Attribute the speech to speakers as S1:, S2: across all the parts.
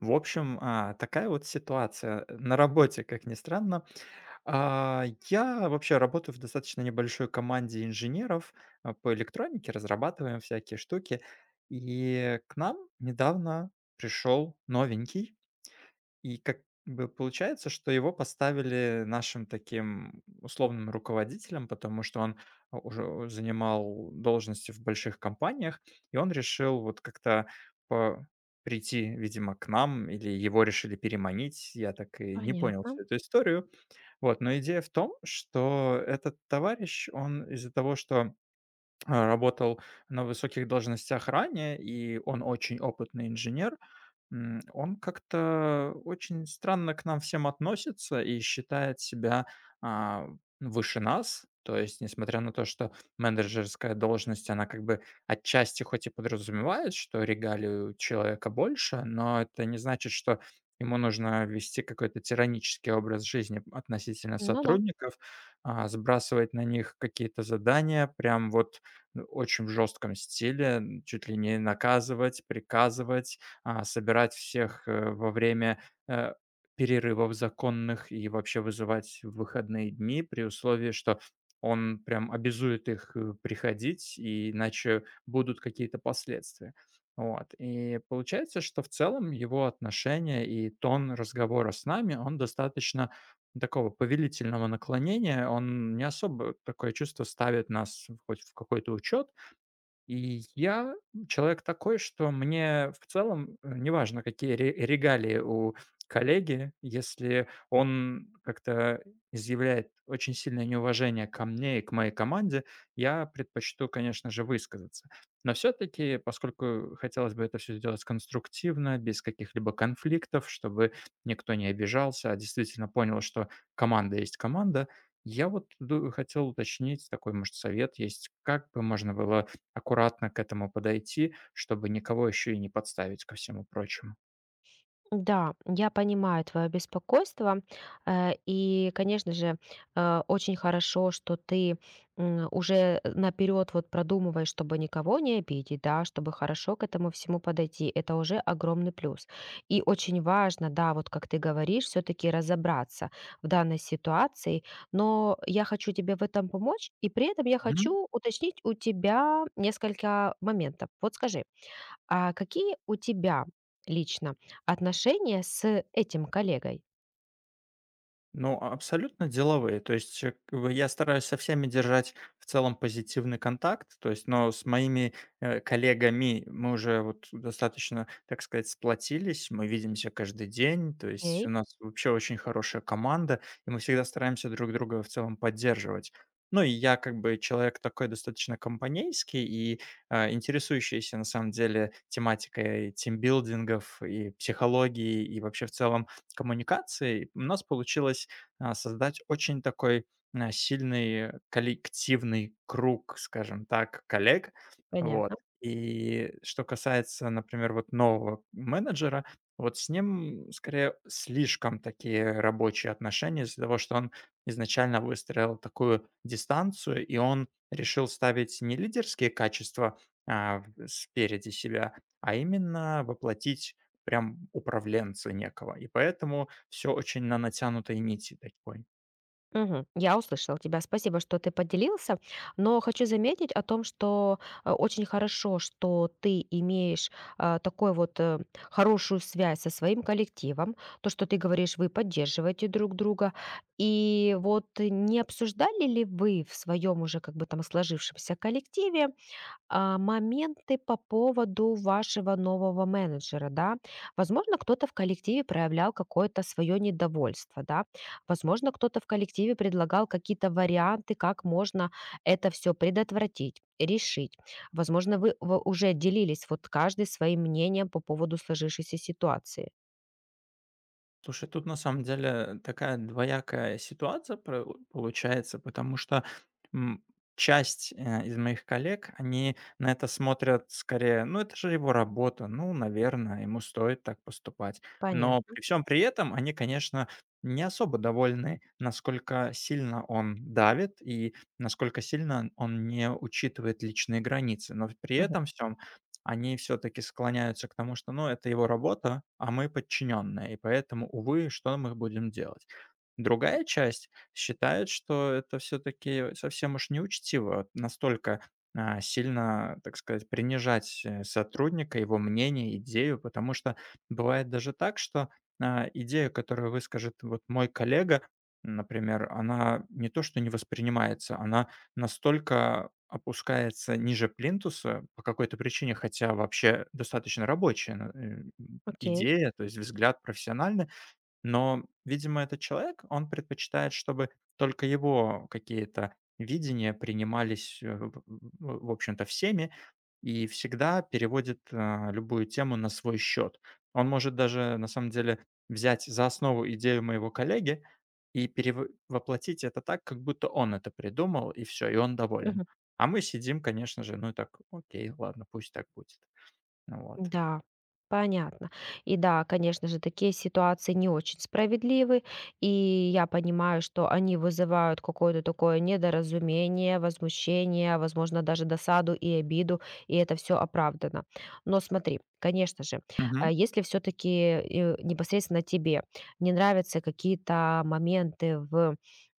S1: В общем, такая вот ситуация на работе, как ни странно. Я вообще работаю в достаточно небольшой команде инженеров по электронике, разрабатываем всякие штуки. И к нам недавно пришел новенький, и как бы получается, что его поставили нашим таким условным руководителем, потому что он уже занимал должности в больших компаниях, и он решил вот как-то по- прийти, видимо, к нам, или его решили переманить, я так и не понял
S2: Понятно.
S1: всю эту историю. Вот, но идея в том, что этот товарищ, он из-за того, что работал на высоких должностях ранее, и он очень опытный инженер. Он как-то очень странно к нам всем относится и считает себя, а, выше нас. То есть, несмотря на то, что менеджерская должность, она как бы отчасти хоть и подразумевает, что регалию человека больше, но это не значит, что ему нужно вести какой-то тиранический образ жизни относительно
S2: Ну да.
S1: сотрудников, сбрасывать на них какие-то задания прям вот, очень в жестком стиле, чуть ли не наказывать, приказывать, собирать всех, э, перерывов законных и вообще вызывать в выходные дни при условии, что он прям обязует их, приходить, и иначе будут какие-то последствия. Вот, и получается, что в целом его отношение и тон разговора с нами, он достаточно такого повелительного наклонения. Он не особо такое чувство ставит нас в хоть в какой-то учет, и я человек такой, что мне в целом, неважно, какие ре регалии у коллеги, если он как-то изъявляет очень сильное неуважение ко мне и к моей команде, я предпочту, конечно же, высказаться. Но все-таки, поскольку хотелось бы это все сделать конструктивно, без каких-либо конфликтов, чтобы никто не обижался, а действительно понял, что команда есть команда, я вот ду хотел уточнить такой, может, совет есть, как бы можно было аккуратно к этому подойти, чтобы никого еще и не подставить, ко всему прочему.
S2: Да, я понимаю твое беспокойство. И, конечно же, очень хорошо, что ты уже наперед вот продумываешь, чтобы никого не обидеть, да, чтобы хорошо к этому всему подойти. Это уже огромный плюс. И очень важно, да, вот как ты говоришь, все-таки разобраться в данной ситуации. Но я хочу тебе в этом помочь, и при этом я
S1: Мгм.
S2: хочу уточнить у тебя несколько моментов. Вот скажи, а какие у тебя лично отношения с этим коллегой?
S1: Ну, абсолютно деловые. То есть, как бы я стараюсь со всеми держать в целом позитивный контакт. То есть, но с моими коллегами мы уже вот достаточно, так сказать, сплотились. Мы видимся каждый день. То есть у
S2: Окей,
S1: нас вообще очень хорошая команда, и мы всегда стараемся друг друга в целом поддерживать. Ну и я как бы человек такой достаточно компанейский и интересующийся на самом деле тематикой тимбилдингов и психологии и вообще в целом коммуникации, и у нас получилось, создать очень такой, сильный коллективный круг, скажем так, коллег. Вот.
S2: понятно.
S1: И что касается, например, вот нового менеджера, вот с ним скорее слишком такие рабочие отношения из-за того, что он изначально выстроил такую дистанцию, и он решил ставить не лидерские качества, в спереди себя, а именно воплотить прям управленца некого. И поэтому все очень на натянутой нити такой.
S2: Мгм. Я услышала тебя. Спасибо, что ты поделился. Но хочу заметить о том, что очень хорошо, что ты имеешь такую вот хорошую связь со своим коллективом. То, что ты говоришь, вы поддерживаете друг друга. И вот не обсуждали ли вы в своем уже как бы там сложившемся коллективе моменты по поводу вашего нового менеджера, да. Возможно, кто-то в коллективе проявлял какое-то свое недовольство, да. Возможно, кто-то в коллективе предлагал какие-то варианты, как можно это все предотвратить решить. Возможно, уже делились вот каждый своим мнением по поводу сложившейся ситуации.
S1: Слушай, тут на самом деле такая двоякая ситуация про получается, потому что, м, часть, из моих коллег, они на это смотрят скорее: "Ну, это же его работа, ну, наверное, ему стоит так поступать". Но
S2: Понятно.
S1: при всем при этом они, конечно, не особо довольны, насколько сильно он давит и насколько сильно он не учитывает личные границы. Но при
S2: Мгм.
S1: этом всём они все-таки склоняются к тому, что, ну, это его работа, а мы подчиненные, и поэтому, увы, что мы будем делать? Другая часть считает, что это все-таки совсем уж неучтиво настолько сильно, так сказать, принижать сотрудника, его мнение, идею, потому что бывает даже так, что идея, которую выскажет вот мой коллега, например, она не то, что не воспринимается, она настолько опускается ниже плинтуса по какой-то причине, хотя вообще достаточно рабочая на
S2: Окей.
S1: идея, то есть взгляд профессиональный. Но, видимо, этот человек, он предпочитает, чтобы только его какие-то видения принимались, э, в общем-то, всеми, и всегда переводит, любую тему на свой счет. Он может даже, на самом деле, взять за основу идею моего коллеги и перев воплотить это так, как будто он это придумал, и все, и он доволен. А мы сидим, конечно же, ну и так: "Окей, ладно, пусть так будет". Ну. Вот.
S2: Да, понятно. И да, конечно же, такие ситуации не очень справедливы, и я понимаю, что они вызывают какое-то такое недоразумение, возмущение, возможно, даже досаду и обиду, и это все оправдано. Но смотри, конечно же,
S1: Мгм.
S2: а если все-таки непосредственно тебе не нравятся какие-то моменты в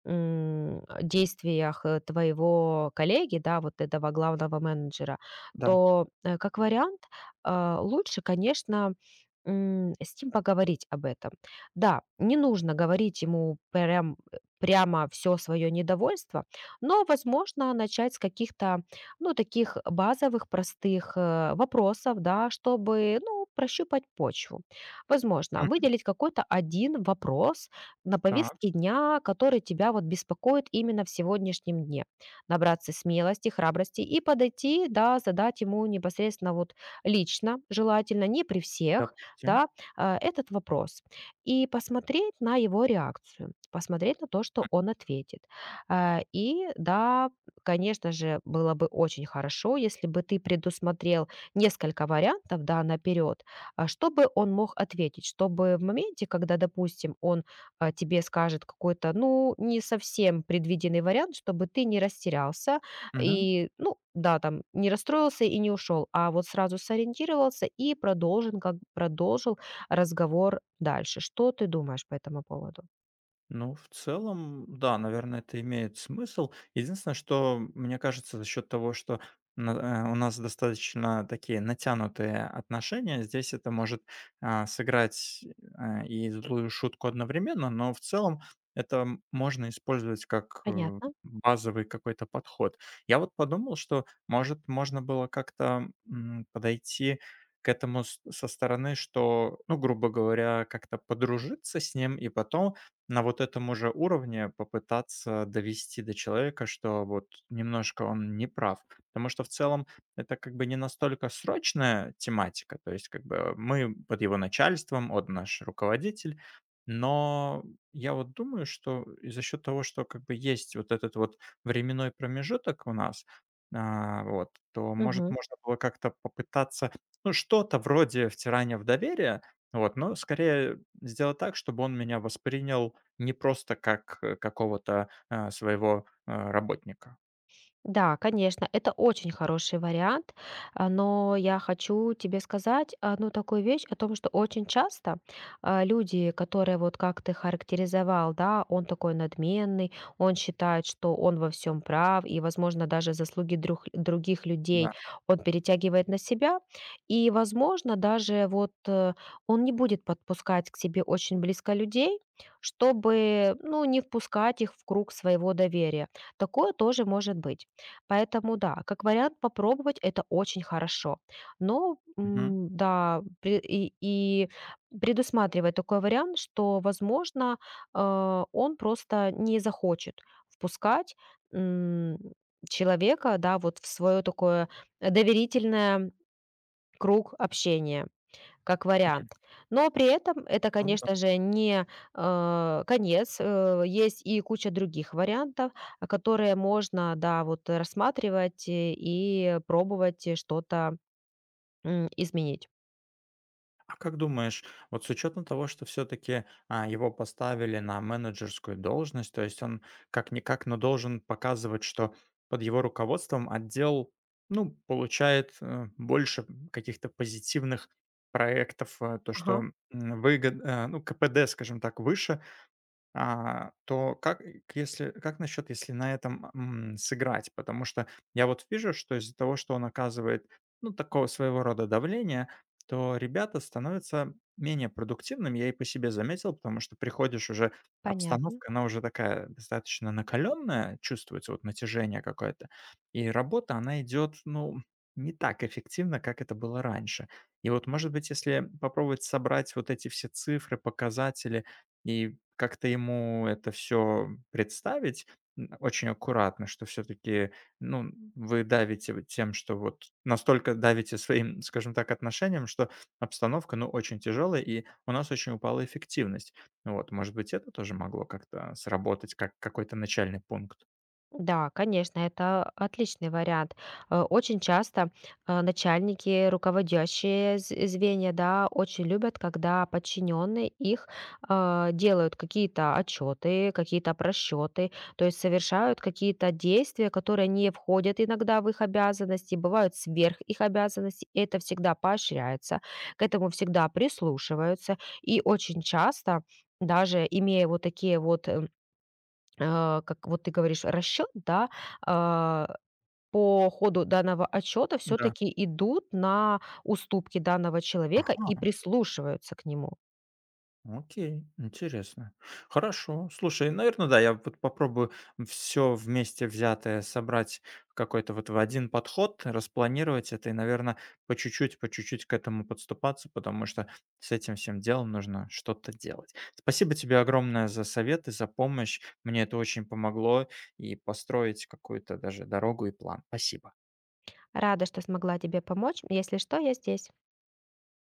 S2: действиях твоего коллеги, да, вот этого главного менеджера,
S1: Да.
S2: то как вариант лучше, конечно, с ним поговорить об этом. Да, не нужно говорить ему прям, прямо все свое недовольство, но, возможно, начать с каких-то, ну, таких базовых, простых вопросов, да, чтобы, ну, прощупать почву. Возможно,
S1: Мгм.
S2: выделить какой-то один вопрос на
S1: Так,
S2: повестке дня, который тебя вот беспокоит именно в сегодняшнем дне. Набраться смелости, храбрости и подойти, да, задать ему непосредственно вот лично, желательно, не при всех,
S1: допустим.
S2: да, этот вопрос. И посмотреть на его реакцию, посмотреть на то, что он ответит. И да, конечно же, было бы очень хорошо, если бы ты предусмотрел несколько вариантов, да, наперед, чтобы он мог ответить, чтобы в моменте, когда, допустим, он тебе скажет какой-то, ну, не совсем предвиденный вариант, чтобы ты не растерялся, и, ну да, там не расстроился и не ушел, а вот сразу сориентировался и продолжен, как продолжил разговор дальше. Что ты думаешь по этому поводу?
S1: Ну, в целом, да, наверное, это имеет смысл. Единственное, что мне кажется, за счет того, что у нас достаточно такие натянутые отношения, здесь это может сыграть и злую шутку одновременно, но в целом это можно использовать как
S2: Понятно?
S1: базовый какой-то подход. Я вот подумал, что, может, можно было как-то подойти к этому со стороны, что, ну, грубо говоря, как-то подружиться с ним и потом на вот этом уже уровне попытаться довести до человека, что вот немножко он не прав. Потому что в целом это как бы не настолько срочная тематика, то есть как бы мы под его начальством, он наш руководитель, но я вот думаю, что и за счет того, что как бы есть вот этот вот временной промежуток у нас, то, может,
S2: Мгм.
S1: можно было как-то попытаться, ну, что-то вроде втирания в доверие, вот, но скорее сделать так, чтобы он меня воспринял не просто как, какого-то, своего, работника.
S2: Да, конечно, это очень хороший вариант, но я хочу тебе сказать одну такую вещь о том, что очень часто люди, которые вот как ты характеризовал, да, он такой надменный, он считает, что он во всем прав, и, возможно, даже заслуги других людей
S1: Да.
S2: он перетягивает на себя, и, возможно, даже он не будет подпускать к себе очень близко людей, чтобы, ну, не впускать их в круг своего доверия. Такое тоже может быть. Поэтому да, как вариант попробовать это очень хорошо. Но
S1: Мгм.
S2: да, и предусматривать такой вариант, что, возможно, он просто не захочет впускать м, человека, да, вот в свое такое доверительное круг общения. Как вариант. Но при этом это,
S1: Ну да.
S2: конечно же, не, э, конец. Э, есть и куча других вариантов, которые можно, да, вот, рассматривать и пробовать, что-то, изменить.
S1: А как думаешь, вот с учетом того, что все-таки, его поставили на менеджерскую должность, то есть он как-никак, но должен показывать, что под его руководством отдел, ну, получает, больше каких-то позитивных проектов,
S2: Ага,
S1: выгод, ну, КПД, скажем так, выше. А, то как, э, если как насчет, если на этом, сыграть? Потому что я вот вижу, что из-за того, что он оказывает, ну, такого своего рода давления, то ребята становятся менее продуктивными. Я и по себе заметил, потому что приходишь уже,
S2: понятно.
S1: обстановка, она уже такая достаточно накаленная, чувствуется вот натяжение какое-то, и работа, она идет, ну, не так эффективно, как это было раньше. И вот, может быть, если попробовать собрать вот эти все цифры, показатели и как-то ему это все представить, очень аккуратно, что все таки, ну, вы давите вот тем, что вот настолько давите своим, скажем так, отношением, что обстановка, ну, очень тяжелая, и у нас очень упала эффективность. Вот, может быть, это тоже могло как-то сработать как какой-то начальный пункт?
S2: Да, конечно, это отличный вариант. Э, очень часто начальники, руководящие звенья, да, очень любят, когда подчиненные их делают какие-то отчеты, какие-то просчеты, то есть совершают какие-то действия, которые не входят иногда в их обязанности, бывают сверх их обязанностей, и это всегда поощряется, к этому всегда прислушиваются, и очень часто даже имея вот такие вот как вот ты говоришь, расчет, да, а, по ходу данного отчета
S1: Да.
S2: все-таки идут на уступки данного человека и
S1: Ага.
S2: прислушиваются к нему.
S1: Окей, интересно. Хорошо. Слушай, наверное, да, я вот попробую все вместе взятое собрать в какой-то вот в один подход, распланировать это и, наверное, по чуть-чуть к этому подступаться, потому что с этим всем делом нужно что-то делать. Спасибо тебе огромное за советы, за помощь. Мне это очень помогло и построить какую-то даже дорогу и план. Спасибо.
S2: Рада, что смогла тебе помочь. Если что, я здесь.